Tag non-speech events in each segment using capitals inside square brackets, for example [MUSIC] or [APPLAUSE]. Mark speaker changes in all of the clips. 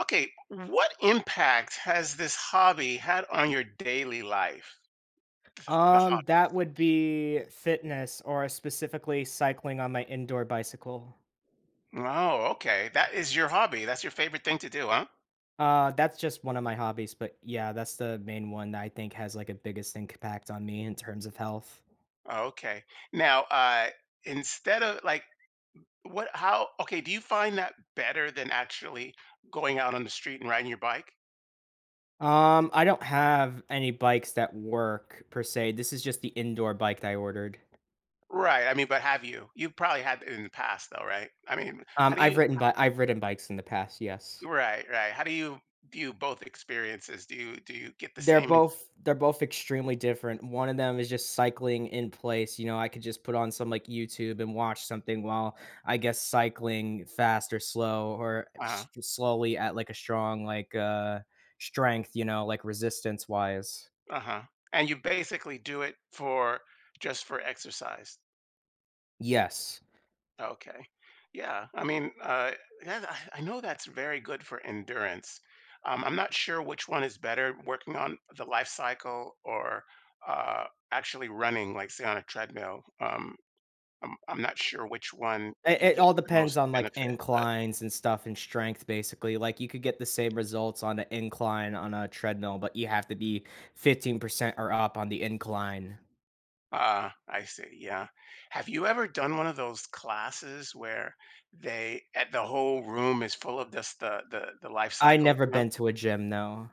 Speaker 1: Okay, what impact has this hobby had on your daily life? The
Speaker 2: Um,
Speaker 1: hobby.
Speaker 2: that would be fitness or specifically cycling on my indoor bicycle.
Speaker 1: Oh, okay. That is your hobby. That's your favorite thing to do, huh?
Speaker 2: That's just one of my hobbies, but yeah, that's the main one that I think has like a biggest impact on me in terms of health.
Speaker 1: Okay. Now, instead of like okay, do you find that better than actually going out on the street and riding your bike?
Speaker 2: I don't have any bikes that work per se. This is just the indoor bike that I ordered.
Speaker 1: Right. I mean, but have you? You probably had it in the past though, right? I mean, how do you,
Speaker 2: I've ridden bikes in the past, yes.
Speaker 1: right, right. How do you view both experiences? Do you get the
Speaker 2: They're
Speaker 1: same?
Speaker 2: both they're both extremely different. One of them is just cycling in place, you know, I could just put on some, like, YouTube and watch something while, I guess, cycling fast or slow or
Speaker 1: uh
Speaker 2: s slowly at, like, a strong, like, strength, you know, like, resistance-wise.
Speaker 1: Uh-huh. And you basically do it for just for exercise.
Speaker 2: Yes.
Speaker 1: Okay. Yeah. I mean, that, I know that's very good for endurance. I'm not sure which one is better, working on the life cycle or uh, actually running, like say on a treadmill. I'm not sure which one
Speaker 2: It
Speaker 1: you
Speaker 2: it
Speaker 1: get
Speaker 2: all
Speaker 1: the
Speaker 2: depends
Speaker 1: most
Speaker 2: on, like,
Speaker 1: benefit, but
Speaker 2: inclines and stuff and strength, basically, like, you could get the same results on an incline on a treadmill, but you have to be 15% or up on the incline.
Speaker 1: Ah, I see. Yeah. Have you ever done one of those classes where they at the whole room is full of just the life
Speaker 2: I
Speaker 1: cycles,
Speaker 2: never
Speaker 1: you know?
Speaker 2: been to a gym, though.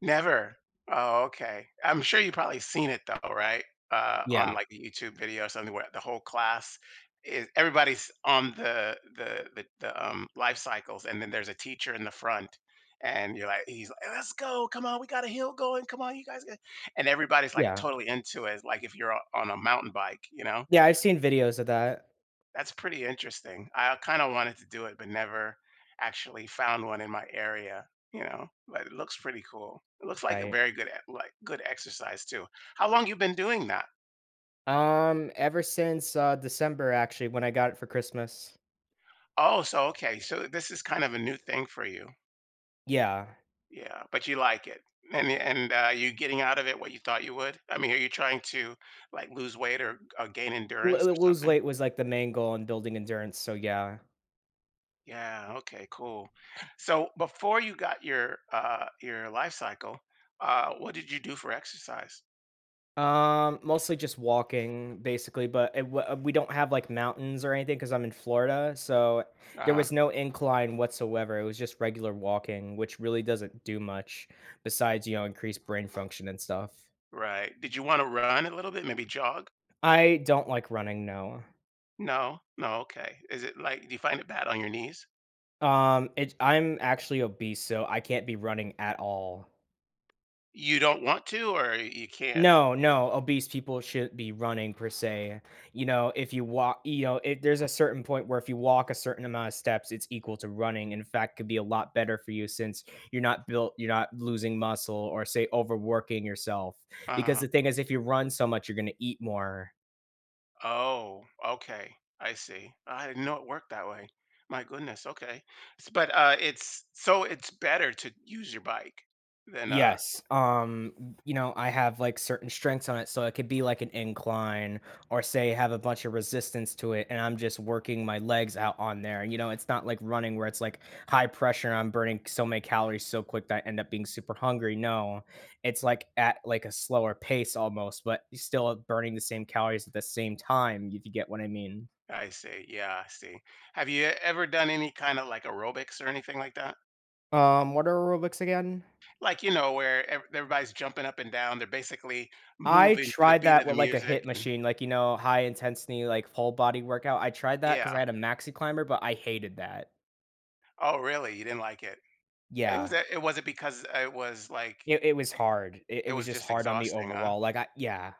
Speaker 1: Never. Oh, okay. I'm sure you probably seen it though, right? On
Speaker 2: Yeah,
Speaker 1: like a YouTube video or something where the whole class is everybody's on the life cycles, and then there's a teacher in the front, and you're like, he's like, let's go, come on, we got a hill going, come on, you guys, and everybody's like
Speaker 2: yeah.
Speaker 1: totally into it, like if you're on a mountain bike.
Speaker 2: Yeah, I've seen videos of that,
Speaker 1: That's pretty interesting. I kinda wanted to do it, but never actually found one in my area, but it looks pretty cool. It looks like a
Speaker 2: right.
Speaker 1: very good exercise too. How long you been doing that?
Speaker 2: Ever since, December, actually, when I got it for Christmas.
Speaker 1: Oh, so okay, so this is kind of a new thing for you.
Speaker 2: Yeah.
Speaker 1: Yeah, but you like it. And you getting out of it what you thought you would? I mean, are you trying to, like, lose weight or gain
Speaker 2: L
Speaker 1: endurance or
Speaker 2: l lose
Speaker 1: something?
Speaker 2: weight was, like, the main goal in building endurance, so yeah.
Speaker 1: Yeah, okay, cool. So before you got your Life Cycle, what did you do for exercise?
Speaker 2: Mostly just walking, basically, but it w we don't have, like, mountains or anything because 'cause I'm in Florida, so there
Speaker 1: Uh-huh.
Speaker 2: was no incline whatsoever. It was just regular walking, which really doesn't do much besides, you know, increase brain function and stuff.
Speaker 1: Right. Did you wanna run a little bit, maybe jog?
Speaker 2: I don't like running, no.
Speaker 1: No? No, okay. Is it like do you find it bad on your knees?
Speaker 2: It I'm actually obese, so I can't be running at all.
Speaker 1: You don't want to or you can't?
Speaker 2: No, no, obese people shouldn't be running per se. You know, if you walk, you know, if there's a certain point where if you walk a certain amount of steps, it's equal to running. In fact, could be a lot better for you since you're not built, you're not losing muscle or say overworking yourself. Because
Speaker 1: uh
Speaker 2: the thing is, if you run so much, you're going to eat more.
Speaker 1: Oh, okay. I see. I didn't know it worked that way. My goodness, okay. S but, it's so it's better to use your bike than.
Speaker 2: Yes, you know, I have, like, certain strengths on it, so it could be like an incline or say have a bunch of resistance to it, and I'm just working my legs out on there, you know, it's not like running where it's, like, high pressure, and I'm burning so many calories so quick that I end up being super hungry. No, it's, like, at, like, a slower pace almost, but you're still burning the same calories at the same time, if you get what I mean.
Speaker 1: I see, yeah, I see. Have you ever done any kinda like aerobics or anything like that?
Speaker 2: What are aerobics again?
Speaker 1: Like, where ev everybody's jumping up and down, they're basically
Speaker 2: I
Speaker 1: moving to the
Speaker 2: tried
Speaker 1: beat
Speaker 2: that
Speaker 1: of the
Speaker 2: with, like, a
Speaker 1: music.
Speaker 2: hit machine, like, you know, high intensity, like, full body workout. I tried that because
Speaker 1: Yeah.
Speaker 2: I had a maxi climber, but I hated that.
Speaker 1: Oh, really? You didn't like it? It was
Speaker 2: Yeah.
Speaker 1: uh, it was not because it was like
Speaker 2: It was hard. It
Speaker 1: it
Speaker 2: was
Speaker 1: was
Speaker 2: just
Speaker 1: just
Speaker 2: hard on me
Speaker 1: exhausting, huh?
Speaker 2: overall, like, I yeah.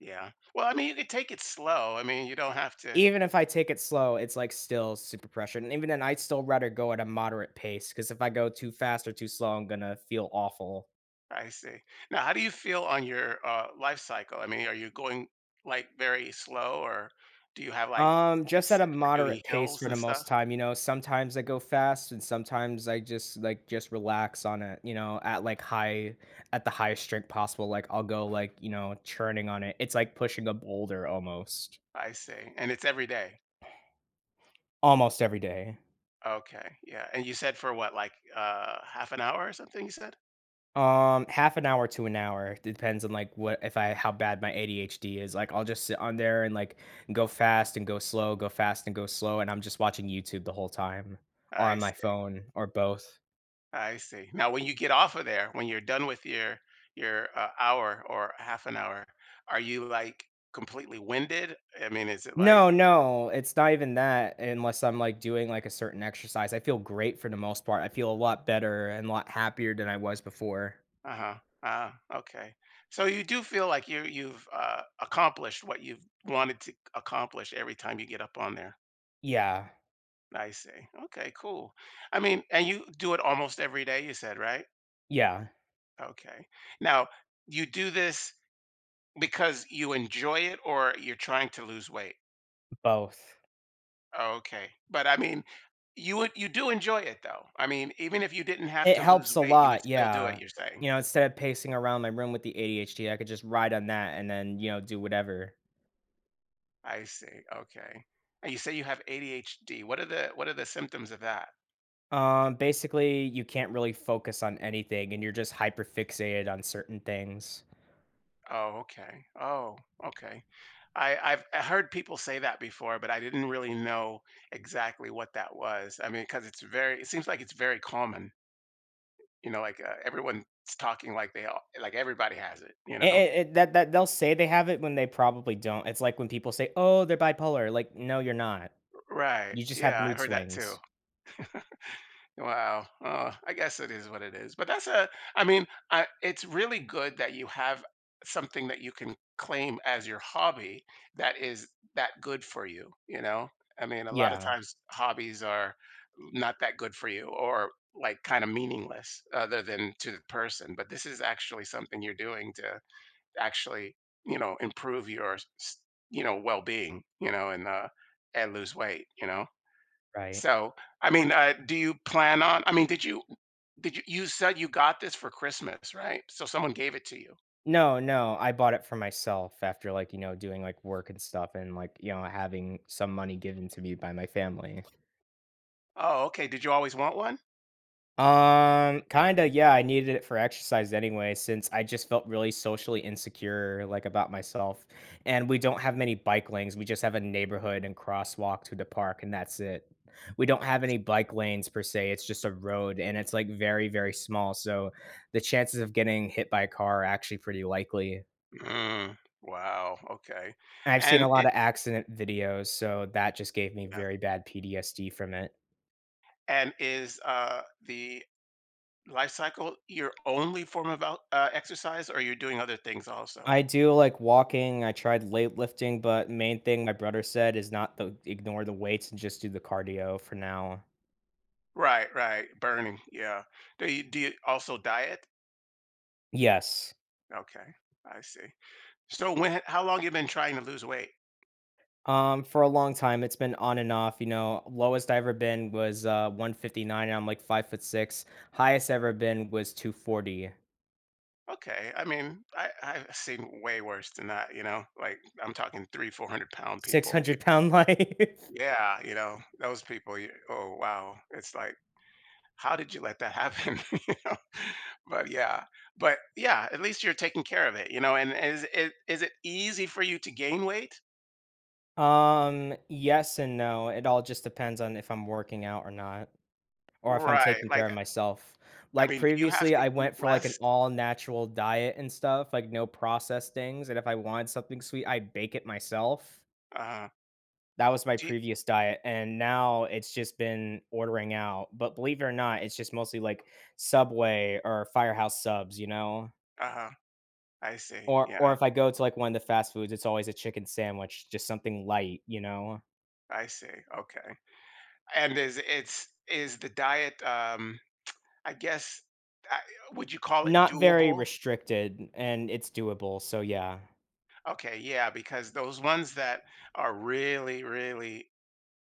Speaker 1: Yeah. Well, I mean, you could take it slow. I mean, you don't have to.
Speaker 2: Even if I take it slow, it's, like, still super pressured, and even then, I'd still rather go at a moderate pace because if I go too fast or too slow, I'm gonna feel awful.
Speaker 1: I see. Now, how do you feel on your life cycle? I mean, are you going like very slow, or do you have like
Speaker 2: Just
Speaker 1: it's
Speaker 2: at a
Speaker 1: set for doing
Speaker 2: moderate pace
Speaker 1: hills
Speaker 2: for
Speaker 1: and
Speaker 2: the
Speaker 1: stuff?
Speaker 2: most time, you know, sometimes I go fast and sometimes I just like just relax on it, you know, at the highest strength possible. Like I'll go like, you know, churning on it. It's like pushing a boulder almost.
Speaker 1: I see. And it's every day.
Speaker 2: Almost every day.
Speaker 1: Okay. Yeah. And you said for what, like half an hour or something? You said.
Speaker 2: Half an hour to an hour. Depends on like what if I how bad my ADHD is. Like I'll just sit on there and like go fast and go slow, go fast and go slow, and I'm just watching YouTube the whole time or
Speaker 1: I
Speaker 2: on my
Speaker 1: see.
Speaker 2: phone or both.
Speaker 1: I see. Now, when you get off of there, when you're done with your hour or half an hour, are you like completely winded? I mean, is it like,
Speaker 2: No, no, it's not even that unless I'm, like, doing, like, a certain exercise. I feel great for the most part. I feel a lot better and a lot happier than I was before.
Speaker 1: uh huh, ah, okay. So you do feel like you've accomplished what you've wanted to accomplish every time you get up on there.
Speaker 2: Yeah,
Speaker 1: I see. Okay, cool. I mean, and you do it almost every day. You said right.
Speaker 2: yeah,
Speaker 1: Okay. Now you do this because you enjoy it, or you're trying to lose weight.
Speaker 2: both.
Speaker 1: Oh, okay. But I mean, you do enjoy it though. I mean, even if you didn't have
Speaker 2: It
Speaker 1: to lose
Speaker 2: helps a
Speaker 1: weight, you would
Speaker 2: lot,
Speaker 1: still do it,
Speaker 2: yeah.
Speaker 1: you're saying.
Speaker 2: You know, instead of pacing around my room with the ADHD, I could just ride on that and then, you know, do whatever.
Speaker 1: I see. Okay. And you say you have ADHD. What are the symptoms of that?
Speaker 2: Basically, you can't really focus on anything and you're just hyper fixated on certain things.
Speaker 1: Oh, okay. Oh, okay. I heard people say that before, but I didn't really know exactly what that was. I mean, because it's very it seems like it's very common. You know, like everyone's talking like they all like everybody has it, you
Speaker 2: It
Speaker 1: know?
Speaker 2: it it that they'll say they have it when they probably don't. It's like when people say, "Oh, they're bipolar." Like, no, you're not.
Speaker 1: Right.
Speaker 2: You just have
Speaker 1: Yeah, I
Speaker 2: mood
Speaker 1: heard that too.
Speaker 2: swings.
Speaker 1: Wow. Oh, I guess it is what it is. But I mean, it's really good that you have something that you can claim as your hobby that is that good for you. You know, I mean, a lot of
Speaker 2: Yeah,
Speaker 1: times hobbies are not that good for you or like kind of meaningless other than to the person. But this is actually something you're doing to actually, you know, improve your well being, you know, and lose weight, you know?
Speaker 2: right.
Speaker 1: So, I mean, do you plan on I mean, did you you said you got this for Christmas, right? So someone gave it to you.
Speaker 2: No, no, I bought it for myself after, like, you know, doing, like, work and stuff and, like, you know, having some money given to me by my family.
Speaker 1: Oh, okay. Did you always want one?
Speaker 2: Kinda, yeah, I needed it for exercise anyway since I just felt really socially insecure, like, about myself, and we don't have many bike lanes. We just have a neighborhood and crosswalk to the park, and that's it. We don't have any bike lanes per se, it's just a road, and it's, like, very, very small, so the chances of getting hit by a car are actually pretty likely.
Speaker 1: Mm, wow. Okay.
Speaker 2: I've seen
Speaker 1: And
Speaker 2: a lot
Speaker 1: it
Speaker 2: of accident videos, so that just gave me
Speaker 1: yeah.
Speaker 2: very bad PTSD from it.
Speaker 1: And is the life cycle your only form of exercise, or you're doing other things also?
Speaker 2: I do like walking. I tried weightlifting, but main thing my brother said is not to ignore the weights and just do the cardio for now.
Speaker 1: Right, right. Burning. Yeah. Do you also diet?
Speaker 2: Yes.
Speaker 1: Okay, I see. So when how long you been trying to lose weight?
Speaker 2: For a long time, it's been on and off. You know, lowest I ever been was 159, and I'm like 5'6". Highest I ever been was 240.
Speaker 1: Okay. I mean, I've seen way worse than that, you know, like I'm talking three, 400-pound people.
Speaker 2: 600 pound life.
Speaker 1: Yeah. You know, those people, you, oh, wow. It's like, how did you let that happen? [LAUGHS] you know? But yeah, but yeah, at least you're taking care of it, you know, and is it easy for you to gain weight?
Speaker 2: [LAUGHS] Yes and no. It all just depends on if I'm working out or not. Or if I'm
Speaker 1: Right.
Speaker 2: taking
Speaker 1: Like,
Speaker 2: care of myself.
Speaker 1: I
Speaker 2: Like,
Speaker 1: mean, do you have
Speaker 2: previously,
Speaker 1: to
Speaker 2: I
Speaker 1: eat
Speaker 2: went for, like, an
Speaker 1: less?
Speaker 2: all-natural diet and stuff, like, no processed things, and if I wanted something sweet, I bake it myself.
Speaker 1: Uh,
Speaker 2: That was my
Speaker 1: do you,
Speaker 2: previous diet, and now it's just been ordering out, but believe it or not, it's just mostly, like, Subway or Firehouse Subs, you know?
Speaker 1: uh, I see.
Speaker 2: Or
Speaker 1: Yeah,
Speaker 2: if I go to, like, one of the fast foods, it's always a chicken sandwich, just something light, you know?
Speaker 1: I see. Okay. And is is the diet, I guess, I would you call it
Speaker 2: Not very
Speaker 1: doable?
Speaker 2: restricted, and it's doable, so yeah.
Speaker 1: Okay, yeah, because those ones that are really, really,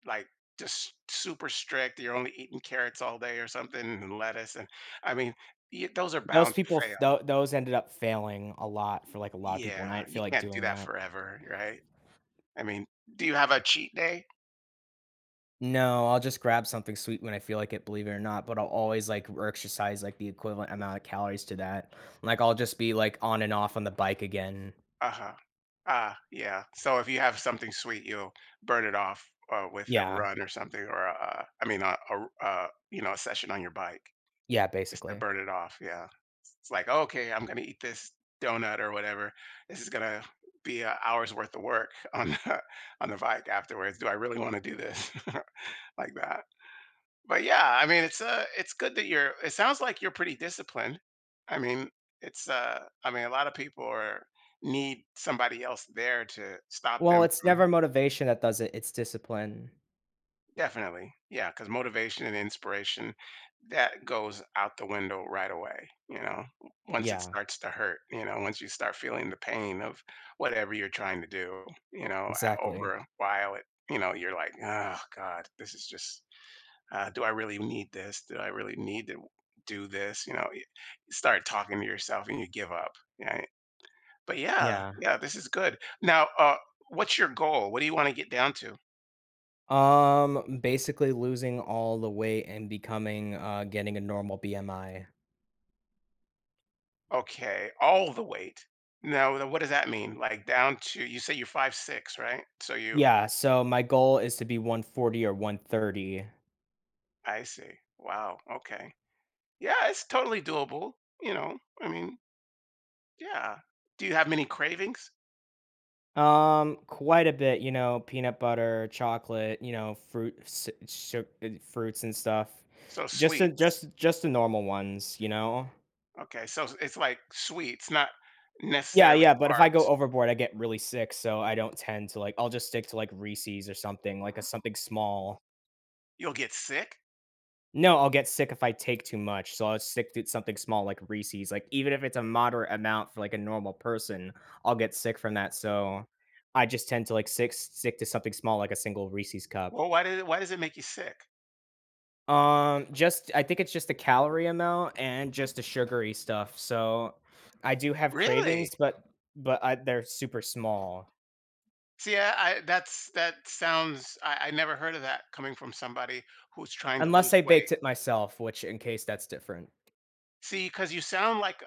Speaker 1: like, just super strict, you're only eating carrots all day or something and lettuce, and I mean, y those are
Speaker 2: Those
Speaker 1: bound to
Speaker 2: people
Speaker 1: fail.
Speaker 2: f Those ended up failing a lot for, like, a lot of people, and I
Speaker 1: Yeah,
Speaker 2: didn't
Speaker 1: you
Speaker 2: feel like
Speaker 1: can't do
Speaker 2: doing
Speaker 1: that
Speaker 2: that.
Speaker 1: forever, right? I mean, do you have a cheat day?
Speaker 2: No, I'll just grab something sweet when I feel like it, believe it or not, but I'll always, like, exercise, like, the equivalent amount of calories to that. Like, I'll just be, like, on and off on the bike again.
Speaker 1: Uh-huh. Ah, yeah, so if you have something sweet, you'll burn it off, with a
Speaker 2: Yeah.
Speaker 1: run or something or a I mean, a session on your bike.
Speaker 2: Yeah,
Speaker 1: Just to
Speaker 2: basically.
Speaker 1: burn it off, yeah. It's like, "Okay, I'm gonna eat this donut or whatever. This is gonna be an hour's worth of work on the [LAUGHS] on the bike afterwards. Do I really wanna do this?" [LAUGHS] Like that. But yeah, I mean, it's good that you're it sounds like you're pretty disciplined. I mean, I mean, a lot of people are need somebody else there to stop
Speaker 2: Well,
Speaker 1: them
Speaker 2: it's
Speaker 1: from
Speaker 2: never motivation that does it, it's discipline.
Speaker 1: Definitely. Yeah, because motivation and inspiration, that goes out the window right away, once it
Speaker 2: Yeah,
Speaker 1: starts to hurt, once you start feeling the pain of whatever you're trying to do,
Speaker 2: exactly.
Speaker 1: over a while, you're like, oh God, this is just, do I really need this? Do I really need to do this? You know, you start talking to yourself and you give up. Right? But yeah,
Speaker 2: Yeah.
Speaker 1: yeah, this is good. Now, what's your goal? What do you want to get down to?
Speaker 2: Basically losing all the weight and becoming, getting a normal BMI.
Speaker 1: Okay, all the weight. Now what does that mean? Like down to you say you're 5'6", right? So you
Speaker 2: Yeah, so my goal is to be 140 or 130.
Speaker 1: I see. Wow, okay. Yeah, it's totally doable, you know. I mean, yeah. Do you have many cravings?
Speaker 2: Quite a bit, you know, peanut butter, chocolate, you know, fruit, fruits and stuff.
Speaker 1: So
Speaker 2: Just the,
Speaker 1: sweets.
Speaker 2: just just the normal ones, you know.
Speaker 1: Okay, so it's like sweets, not
Speaker 2: Yeah,
Speaker 1: necessarily
Speaker 2: yeah, but if I go
Speaker 1: carbs.
Speaker 2: overboard, I get really sick, so I don't tend to like. I'll just stick to like Reese's or something, like a something small.
Speaker 1: You'll get sick?
Speaker 2: No, I'll get sick if I take too much, so I'll stick to something small like Reese's, like, even if it's a moderate amount for, like, a normal person, I'll get sick from that, so I just tend to, like, stick to something small like a single Reese's cup.
Speaker 1: Well, why does it make you sick?
Speaker 2: Just I think it's just the calorie amount and just the sugary stuff, so I do have
Speaker 1: Really?
Speaker 2: cravings, but I they're super small.
Speaker 1: See, I that's that sounds I never heard of that coming from somebody who's trying to lose
Speaker 2: Unless I
Speaker 1: weight.
Speaker 2: baked it myself, which in case that's different.
Speaker 1: See, because you sound like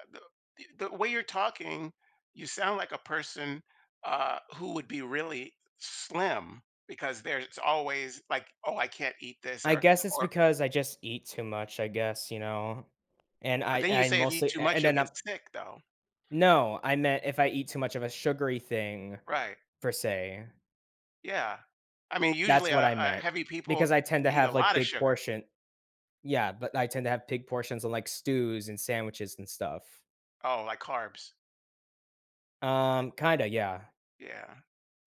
Speaker 1: the way you're talking, you sound like a person, who would be really slim because there's always like, "Oh, I can't eat this,"
Speaker 2: I
Speaker 1: or
Speaker 2: guess it's
Speaker 1: or
Speaker 2: because I just eat too much, I guess, you know? And
Speaker 1: but
Speaker 2: I
Speaker 1: then you
Speaker 2: I
Speaker 1: say if you eat
Speaker 2: mostly
Speaker 1: too
Speaker 2: a
Speaker 1: much,
Speaker 2: and
Speaker 1: you'll
Speaker 2: then
Speaker 1: get
Speaker 2: I'm.
Speaker 1: sick though.
Speaker 2: No, I meant if I eat too much of a sugary thing,
Speaker 1: Right.
Speaker 2: per se.
Speaker 1: Yeah. I mean,
Speaker 2: That's
Speaker 1: usually,
Speaker 2: what I meant,
Speaker 1: heavy people
Speaker 2: because I tend
Speaker 1: could
Speaker 2: to
Speaker 1: eat a
Speaker 2: have, like,
Speaker 1: lot of
Speaker 2: big
Speaker 1: sugar.
Speaker 2: portion. Yeah, but I tend to have big portions on like, stews and sandwiches and stuff.
Speaker 1: Oh, like carbs.
Speaker 2: Kinda, yeah.
Speaker 1: Yeah.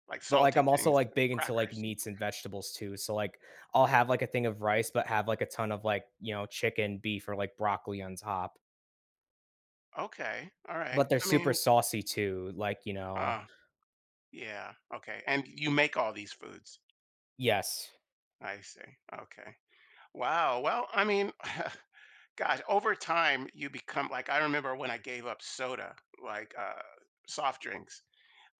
Speaker 1: Like
Speaker 2: But, like,
Speaker 1: salty
Speaker 2: I'm also,
Speaker 1: things,
Speaker 2: like, big into, like,
Speaker 1: crackers.
Speaker 2: meats and vegetables too, so, like, I'll have, like, a thing of rice, but have, like, a ton of, like, you know, chicken, beef, or, like, broccoli on top.
Speaker 1: Okay. All right.
Speaker 2: But they're
Speaker 1: I
Speaker 2: super
Speaker 1: mean,
Speaker 2: saucy too, like, you know.
Speaker 1: uh, yeah. Okay. And you make all these foods.
Speaker 2: Yes.
Speaker 1: I see. Okay. Wow. Well, I mean, [LAUGHS] God, over time you become like I remember when I gave up soda, like soft drinks.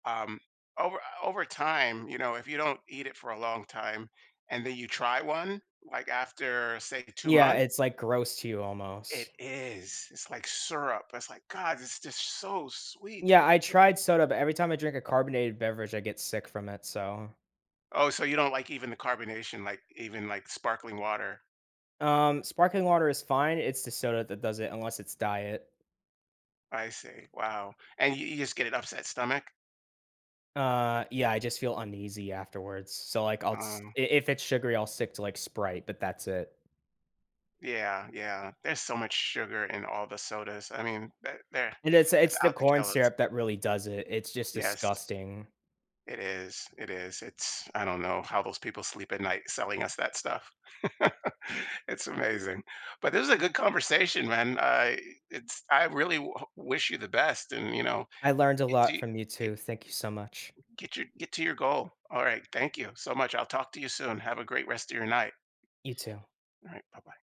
Speaker 1: Um, over time, if you don't eat it for a long time, and then you try one, like after say two
Speaker 2: Yeah,
Speaker 1: months,
Speaker 2: it's, like, gross to you
Speaker 1: it
Speaker 2: almost.
Speaker 1: is. It's like syrup. It's like God, it's just so sweet.
Speaker 2: Yeah, I tried soda, but every time I drink a carbonated beverage, I get sick from it, so.
Speaker 1: Oh, so you don't like even the carbonation, like even like sparkling water.
Speaker 2: Sparkling water is fine, it's the soda that does it unless it's diet.
Speaker 1: I see. Wow. And you just get an upset stomach.
Speaker 2: Yeah, I just feel uneasy afterwards, so, like, I'll s
Speaker 1: Um,
Speaker 2: I if it's sugary, I'll stick to, like, Sprite, but that's it.
Speaker 1: Yeah, yeah. There's so much sugar in all the sodas. I mean, that there
Speaker 2: And it's
Speaker 1: it's
Speaker 2: it's the
Speaker 1: out to
Speaker 2: corn
Speaker 1: kill us.
Speaker 2: syrup that really does it, it's just
Speaker 1: Yes,
Speaker 2: disgusting.
Speaker 1: it is. It is. It's I don't know how those people sleep at night selling us that stuff. [LAUGHS] It's amazing. But this is a good conversation, man. I it's I really w wish you the best and, you know,
Speaker 2: I learned a
Speaker 1: get
Speaker 2: lot
Speaker 1: to
Speaker 2: from you
Speaker 1: get
Speaker 2: too, thank you so much.
Speaker 1: your goal. All right. Thank you so much. I'll talk to you soon. Have a great rest of your night.
Speaker 2: You too.
Speaker 1: All right. Bye-bye.